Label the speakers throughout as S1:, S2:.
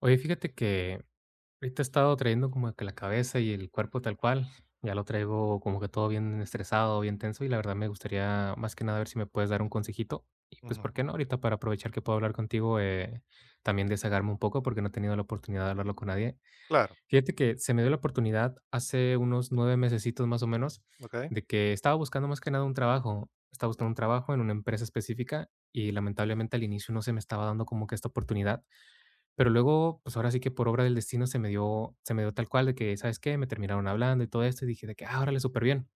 S1: Oye, fíjate que ahorita he estado trayendo como que la cabeza y el cuerpo tal cual. Ya lo traigo como que todo bien estresado, bien tenso y la verdad me gustaría más que nada ver si me puedes dar un consejito. Y pues, ¿por
S2: Ujú.
S1: qué no? Ahorita para aprovechar que puedo hablar contigo, también desahogarme un poco porque no he tenido la oportunidad de hablarlo con nadie.
S2: Claro.
S1: Fíjate que se me dio la oportunidad hace unos 9 mesecitos más o menos
S2: Okey.
S1: de que estaba buscando más que nada un trabajo. Estaba buscando un trabajo en una empresa específica y lamentablemente al inicio no se me estaba dando como que esta oportunidad, pero luego, pues, ahora sí que por obra del destino se me dio tal cual de que, ¿sabes qué? Me terminaron hablando y todo esto, y dije de que: "Ah, órale, súper bien".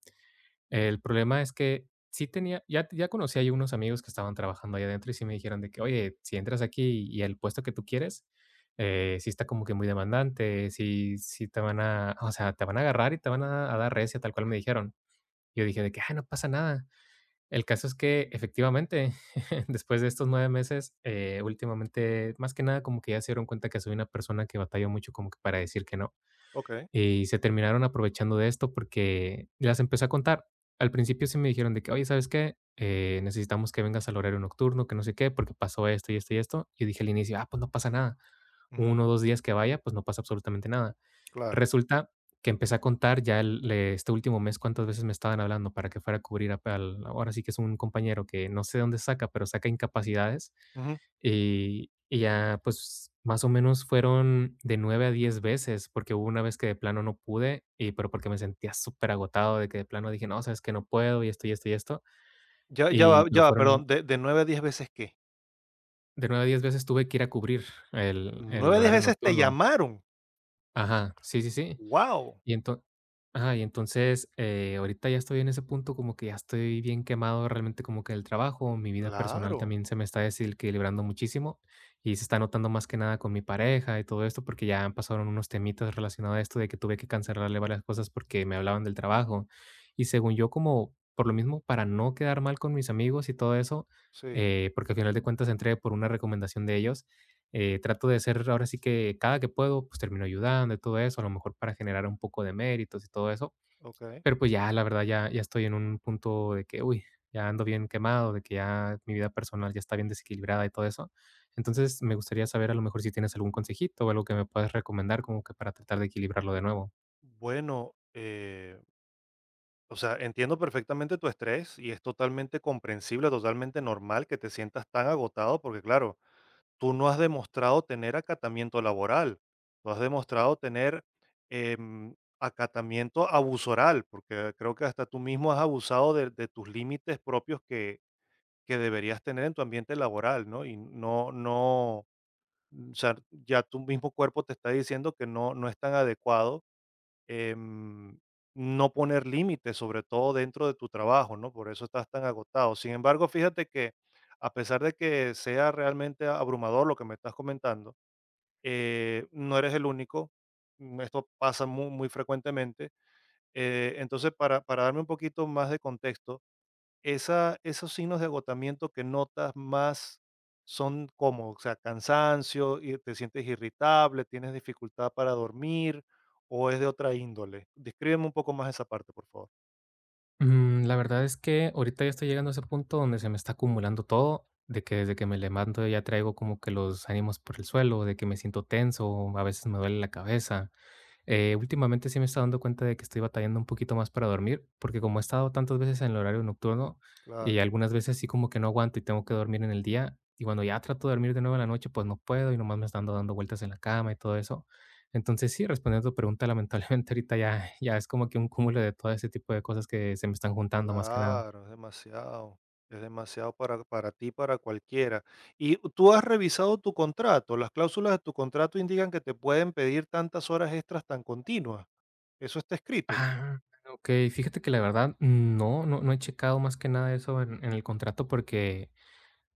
S1: El problema es que sí tenía, ya conocía yo unos amigos que estaban trabajando ahí adentro y sí me dijeron de que: "Oye, si entras aquí y el puesto que tú quieres, sí está como que muy demandante, sí sí te van a o sea, te van a agarrar y te van a dar recia", tal cual me dijeron. Yo dije de que: "Ah, no pasa nada". El caso es que, efectivamente, después de estos 9 meses, últimamente, más que nada, como que ya se dieron cuenta que soy una persona que batalla mucho como que para decir que no.
S2: Okey.
S1: Y se terminaron aprovechando de esto porque las empecé a contar. Al principio sí me dijeron de que: "Oye, ¿sabes qué? Necesitamos que vengas al horario nocturno, que no sé qué, porque pasó esto y esto y esto". Yo dije al inicio: "Ah, pues no pasa nada,
S2: Ujú.
S1: uno o dos días que vaya, pues, no pasa absolutamente nada".
S2: Claro.
S1: Resulta que empecé a contar ya el le este último mes cuántas veces me estaban hablando para que fuera a cubrir a al, ahora sí que, es un compañero que no sé dónde saca, pero saca incapacidades,
S2: Ujú.
S1: y ya, pues, más o menos fueron de 9 a 10 veces, porque hubo una vez que de plano no pude, y pero porque me sentía superagotado, de que de plano dije: "No, sabes que no puedo", y esto, y esto, y esto,
S2: Ya ya va
S1: y
S2: ya
S1: pero
S2: va, perdón,
S1: fueron
S2: ¿de 9 a diez veces qué?
S1: de 9 a 10 veces tuve que ir a cubrir el
S2: ¿Nueve
S1: el
S2: a 10
S1: horario
S2: veces te
S1: nocturno.
S2: llamaron?
S1: Ajá, sí, sí, sí.
S2: Wow.
S1: Y enton ajá, y entonces, ahorita ya estoy en ese punto como que ya estoy bien quemado, realmente como que el trabajo, mi vida personal
S2: Claro,
S1: también se me está desequilibrando muchísimo, y se está notando más que nada con mi pareja y todo esto, porque ya han pasado unos temitas relacionados a esto, de que tuve que cancelarle varias cosas porque me hablaban del trabajo. Y según yo, como por lo mismo, para no quedar mal con mis amigos y todo eso,
S2: sí.
S1: porque al final de cuentas entré por una recomendación de ellos, trato de hacer, ahora sí que cada que puedo, pues termino ayudando y todo eso, a lo mejor para generar un poco de méritos y todo eso.
S2: Okey.
S1: Pero pues ya, la verdad, ya estoy en un punto de que, uy, ya ando bien quemado, de que ya mi vida personal ya está bien desequilibrada y todo eso. Entonces, me gustaría saber a lo mejor si tienes algún consejito o algo que me puedas recomendar como que para tratar de equilibrarlo de nuevo.
S2: Bueno, o sea, entiendo perfectamente tu estrés y es totalmente comprensible, totalmente normal que te sientas tan agotado porque, claro, tú no has demostrado tener acatamiento laboral, tú has demostrado tener acatamiento abusoral, porque creo que hasta tú mismo has abusado de tus límites propios que deberías tener en tu ambiente laboral, ¿no? Y no, no, o sea, ya tu mismo cuerpo te está diciendo que no, no es tan adecuado. em, no poner límites, sobre todo dentro de tu trabajo, ¿no? Por eso estás tan agotado. Sin embargo, fíjate que a pesar de que sea realmente abrumador lo que me estás comentando, no eres el único, esto pasa muy frecuentemente. Entonces, para darme un poquito más de contexto, esos signos de agotamiento que notas más son como, o sea, cansancio, y te sientes irritable, tienes dificultad para dormir o es de otra índole. Descríbeme un poco más esa parte, por favor.
S1: La verdad es que ahorita ya estoy llegando a ese punto donde se me está acumulando todo, de que desde que me levanto ya traigo como que los ánimos por el suelo, de que me siento tenso, a veces me duele la cabeza. Últimamente sí me está dando cuenta de que estoy batallando un poquito más para dormir, porque como he estado tantas veces en el horario nocturno y algunas veces sí, como que no aguanto y tengo que dormir en el día, y cuando ya trato de dormir de nuevo en la noche, pues no puedo y nomás me están dando vueltas en la cama y todo eso. Entonces sí, respondiendo a tu pregunta, lamentablemente ahorita ya es como que un cúmulo de todo ese tipo de cosas que se me están juntando más que nada.
S2: Claro, es demasiado. Es demasiado para ti, para cualquiera. ¿Y tú has revisado tu contrato? Las cláusulas de tu contrato indican que te pueden pedir tantas horas extras tan continuas. Eso está escrito.
S1: Ah, ok, fíjate que la verdad, no he checado más que nada eso en, el contrato, porque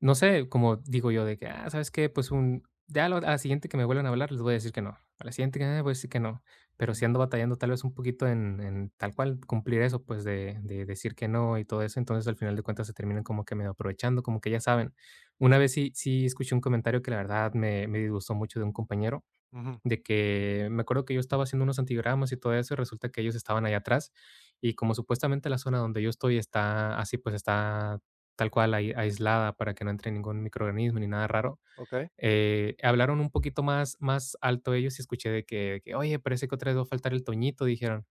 S1: no sé, como digo yo de que, ah, ¿sabes qué? Pues un ya lo A la siguiente que me vuelvan a hablar, les voy a decir que no. A la siguiente que me voy a decir que no. Pero sí
S2: Mm.
S1: ando batallando tal vez un poquito en tal cual cumplir eso, pues, de decir que no y todo eso. Entonces, al final de cuentas, se terminan como que medio aprovechando, como que ya saben. Una vez sí sí escuché un comentario que la verdad me disgustó mucho, de un compañero,
S2: Ujú.
S1: de que me acuerdo que yo estaba haciendo unos antigramas y todo eso, y resulta que ellos estaban allá atrás. Y como supuestamente la zona donde yo estoy está así, pues está tal cual aislada para que no entre ningún microorganismo ni nada raro.
S2: Ok.
S1: Hablaron un poquito más alto ellos y escuché de que oye, parece que otra vez va a faltar el Toñito, dijeron.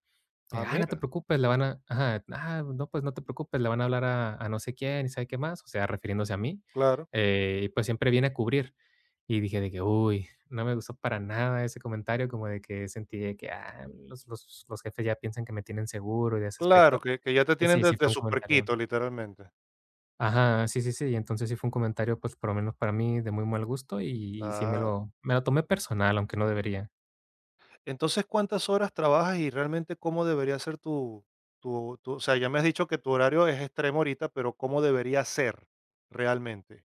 S2: Ah,
S1: Ah, no te
S2: mira,
S1: preocupes, le van a ajá, ah, no, pues no te preocupes, le van a hablar a no sé quién y sabe qué más, o sea, refiriéndose a mí,
S2: claro.
S1: y pues siempre viene a cubrir. Y dije de que, uy, no me gustó para nada ese comentario, como de que sentí de que, ah, los jefes ya piensan que me tienen seguro y de ese
S2: Claro,
S1: aspecto.
S2: que ya te
S1: Y
S2: tienen
S1: sí, sí
S2: de
S1: fue un comentario
S2: superquito, literalmente.
S1: Ajá, sí, sí, sí, y entonces sí fue un comentario, pues, por lo menos para mí, de muy mal gusto, y sí me
S2: Claro.
S1: lo me lo tomé personal, aunque no debería.
S2: Entonces, ¿cuántas horas trabajas y realmente cómo debería ser o sea, ya me has dicho que tu horario es extremo ahorita, pero ¿cómo debería ser realmente?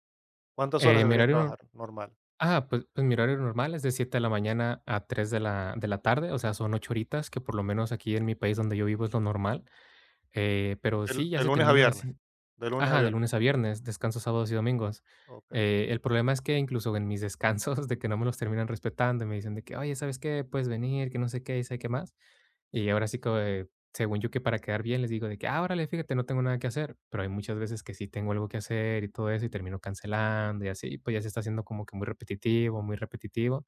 S2: ¿Cuántas horas
S1: Mi
S2: deberías
S1: horario
S2: trabajar normal?
S1: Ah, pues mi horario normal es de 7 de la mañana a 3 de la tarde, o sea, son 8 horitas, que por lo menos aquí en mi país donde yo vivo es lo normal, pero
S2: ¿Del
S1: sí, ya
S2: ¿de
S1: se
S2: lunes a
S1: terminan
S2: viernes?
S1: así.
S2: De lunes a
S1: Ajá, de
S2: viernes.
S1: lunes a viernes, descanso sábados y domingos.
S2: Okey,
S1: El problema es que, incluso en mis descansos, de que no me los terminan respetando, y me dicen de que: "Oye, ¿sabes qué? Puedes venir, que no sé qué y sabe qué más". Y ahora sí que, según yo, que para quedar bien les digo de que: "Ah, órale, fíjate, no tengo nada que hacer", pero hay muchas veces que sí tengo algo que hacer y todo eso, y termino cancelando y así, pues ya se está haciendo como que muy repetitivo, muy repetitivo.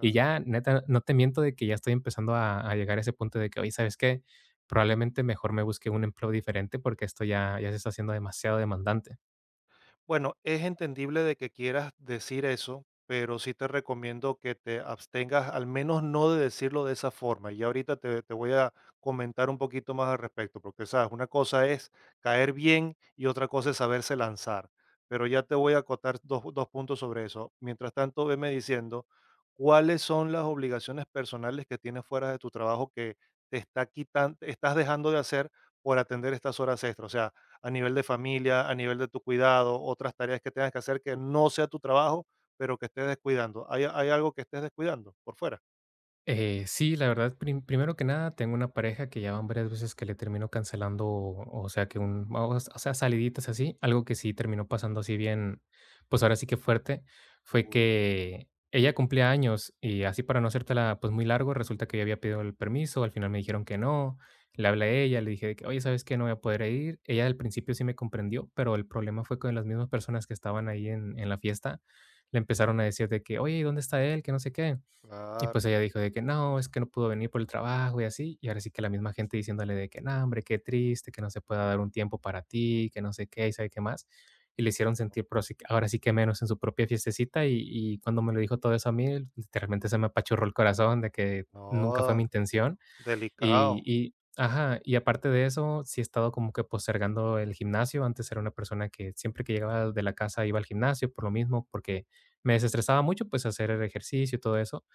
S1: Y ya, neta, no te miento de que ya estoy empezando a llegar a ese punto de que: "Oye, ¿sabes qué? Probablemente mejor me busque un empleo diferente porque esto ya se está haciendo demasiado demandante".
S2: Bueno, es entendible de que quieras decir eso, pero sí te recomiendo que te abstengas, al menos no de decirlo de esa forma. Y ahorita te voy a comentar un poquito más al respecto, porque, sabes, una cosa es caer bien y otra cosa es saberse lanzar. Pero ya te voy a acotar dos puntos sobre eso. Mientras tanto, veme diciendo, ¿cuáles son las obligaciones personales que tienes fuera de tu trabajo que te está quitando, estás dejando de hacer por atender estas horas extras? O sea, a nivel de familia, a nivel de tu cuidado, otras tareas que tengas que hacer que no sea tu trabajo, pero que estés descuidando. ¿Hay, hay algo que estés descuidando por fuera?
S1: Sí, la verdad, primero que nada, tengo una pareja que ya van varias veces que le termino cancelando, o sea, que un, o s- o sea, saliditas así, algo que sí terminó pasando así bien, pues ahora sí que fuerte, fue
S2: Uy,
S1: que ella cumplía años y así, para no hacértela pues muy largo, resulta que yo había pedido el permiso, al final me dijeron que no, le hablé a ella, le dije de que, oye, ¿sabes qué? No voy a poder ir. Ella al principio sí me comprendió, pero el problema fue con las mismas personas que estaban ahí en, la fiesta, le empezaron a decir de que, oye, ¿y dónde está él? Que no sé qué. Y pues
S2: claro,
S1: ella dijo de que no, es que no pudo venir por el trabajo y así, y ahora sí que la misma gente diciéndole de que no, hombre, qué triste, que no se pueda dar un tiempo para ti, que no sé qué, y sabe qué más. Y le hicieron sentir, pero sí que, ahora sí que, menos en su propia fiestecita. Y y cuando me lo dijo todo eso a mí, literalmente se me apachurró el corazón, de que nunca fue
S2: no,
S1: mi intención.
S2: delicado.
S1: Y, y ajá, y aparte de eso, sí he estado como que postergando el gimnasio. Antes era una persona que siempre que llegaba de la casa iba al gimnasio, por lo mismo, porque me desestresaba mucho pues hacer el ejercicio y todo eso,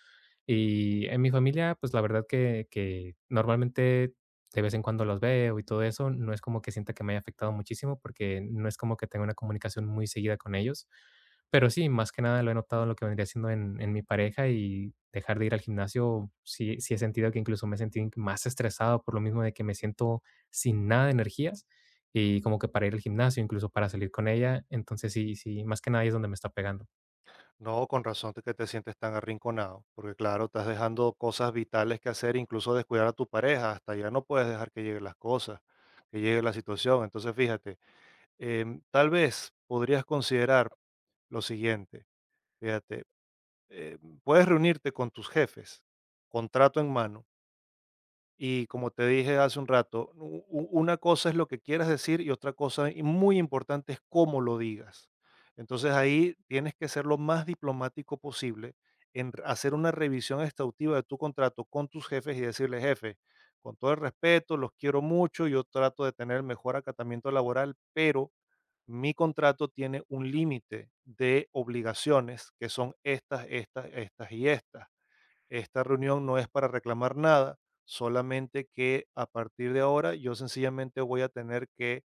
S1: y en mi familia, pues, la verdad, que normalmente de vez en cuando los veo y todo eso, no es como que sienta que me haya afectado muchísimo, porque no es como que tenga una comunicación muy seguida con ellos. Pero sí, más que nada lo he notado en lo que vendría siendo en mi pareja, y dejar de ir al gimnasio, sí sí he sentido que, incluso me he sentido más estresado por lo mismo, de que me siento sin nada de energías y como que para ir al gimnasio, incluso para salir con ella. Entonces sí sí, más que nada ahí es donde me está pegando.
S2: No, con razón de que te sientes tan arrinconado, porque claro, estás dejando cosas vitales que hacer, incluso descuidar a tu pareja, hasta ya no puedes dejar que lleguen las cosas, que llegue la situación. Entonces, fíjate. Tal vez podrías considerar lo siguiente, fíjate, puedes reunirte con tus jefes, contrato en mano, y como te dije hace un rato, una cosa es lo que quieras decir y otra cosa y muy importante es cómo lo digas. Entonces ahí tienes que ser lo más diplomático posible hacer una revisión exhaustiva de tu contrato con tus jefes y decirle: jefe, con todo el respeto, los quiero mucho, yo trato de tener el mejor acatamiento laboral, pero mi contrato tiene un límite de obligaciones que son estas, estas, estas y estas. Esta reunión no es para reclamar nada, solamente que a partir de ahora yo sencillamente voy a tener que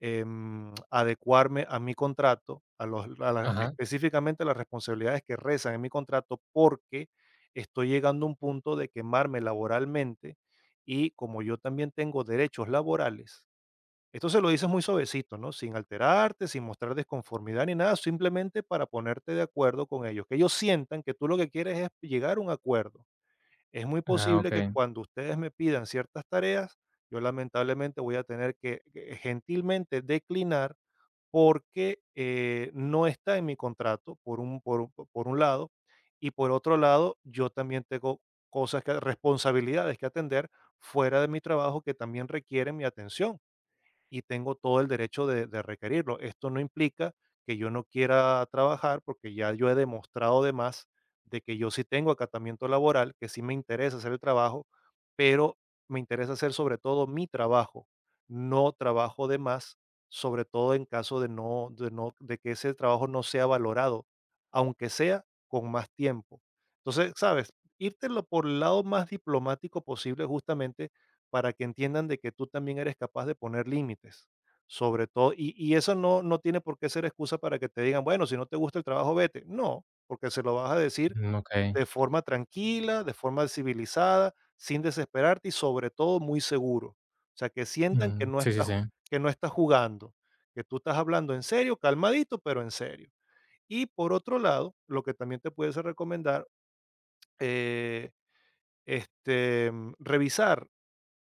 S2: adecuarme a mi contrato, a los, a la-
S1: Ajá.
S2: específicamente a las responsabilidades que rezan en mi contrato, porque estoy llegando a un punto de quemarme laboralmente y como yo también tengo derechos laborales, esto se lo dices muy suavecito, ¿no? Sin alterarte, sin mostrar desconformidad ni nada, simplemente para ponerte de acuerdo con ellos, que ellos sientan que tú lo que quieres es llegar a un acuerdo. Es muy
S1: Ah,
S2: posible que
S1: okey.
S2: cuando ustedes me pidan ciertas tareas, yo lamentablemente voy a tener que gentilmente declinar porque no está en mi contrato, por un lado, y por otro lado, yo también tengo cosas, que, responsabilidades que atender fuera de mi trabajo que también requieren mi atención y tengo todo el derecho de requerirlo. Esto no implica que yo no quiera trabajar porque ya yo he demostrado además de que yo sí tengo acatamiento laboral, que sí me interesa hacer el trabajo, pero me interesa hacer sobre todo mi trabajo, no trabajo de más, sobre todo en caso de que ese trabajo no sea valorado, aunque sea con más tiempo. Entonces, sabes, írtelo por el lado más diplomático posible justamente para que entiendan de que tú también eres capaz de poner límites, sobre todo, y eso no, no tiene por qué ser excusa para que te digan: bueno, si no te gusta el trabajo, vete. No, porque se lo vas a decir
S1: Mm, okey.
S2: de forma tranquila, de forma civilizada, sin desesperarte y sobre todo muy seguro. O sea, que sientan que
S1: Mm,
S2: no
S1: sí, sí,
S2: estás,
S1: sí,
S2: que no estás jugando, que tú estás hablando en serio, calmadito, pero en serio. Y por otro lado, lo que también te puedes recomendar, eh, revisar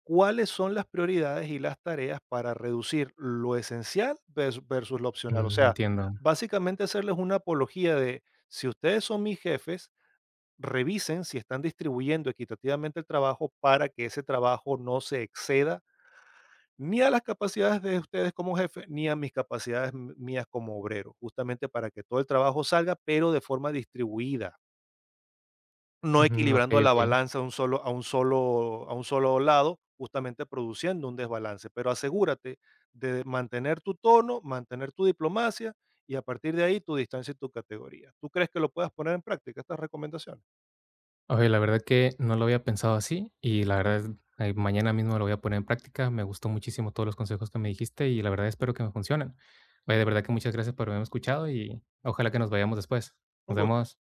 S2: cuáles son las prioridades y las tareas para reducir lo esencial versus lo opcional. O sea,
S1: entiendo.
S2: básicamente hacerles una apología de: si ustedes son mis jefes, revisen si están distribuyendo equitativamente el trabajo para que ese trabajo no se exceda ni a las capacidades de ustedes como jefe, ni a mis capacidades mías como obrero, justamente para que todo el trabajo salga, pero de forma distribuida, no
S1: Ujú,
S2: equilibrando
S1: okey,
S2: la
S1: okey.
S2: balanza a un solo a un solo a un solo lado, justamente produciendo un desbalance. Pero asegúrate de mantener tu tono, mantener tu diplomacia y a partir de ahí tu distancia y tu categoría. ¿Tú crees que lo puedas poner en práctica estas recomendaciones?
S1: Oye, la verdad que no lo había pensado así y la verdad, mañana mismo lo voy a poner en práctica. Me gustó muchísimo todos los consejos que me dijiste y la verdad espero que me funcionen. Oye, de verdad que muchas gracias por haberme escuchado y ojalá que nos vayamos después.
S2: Un
S1: Nos
S2: gusto.
S1: vemos.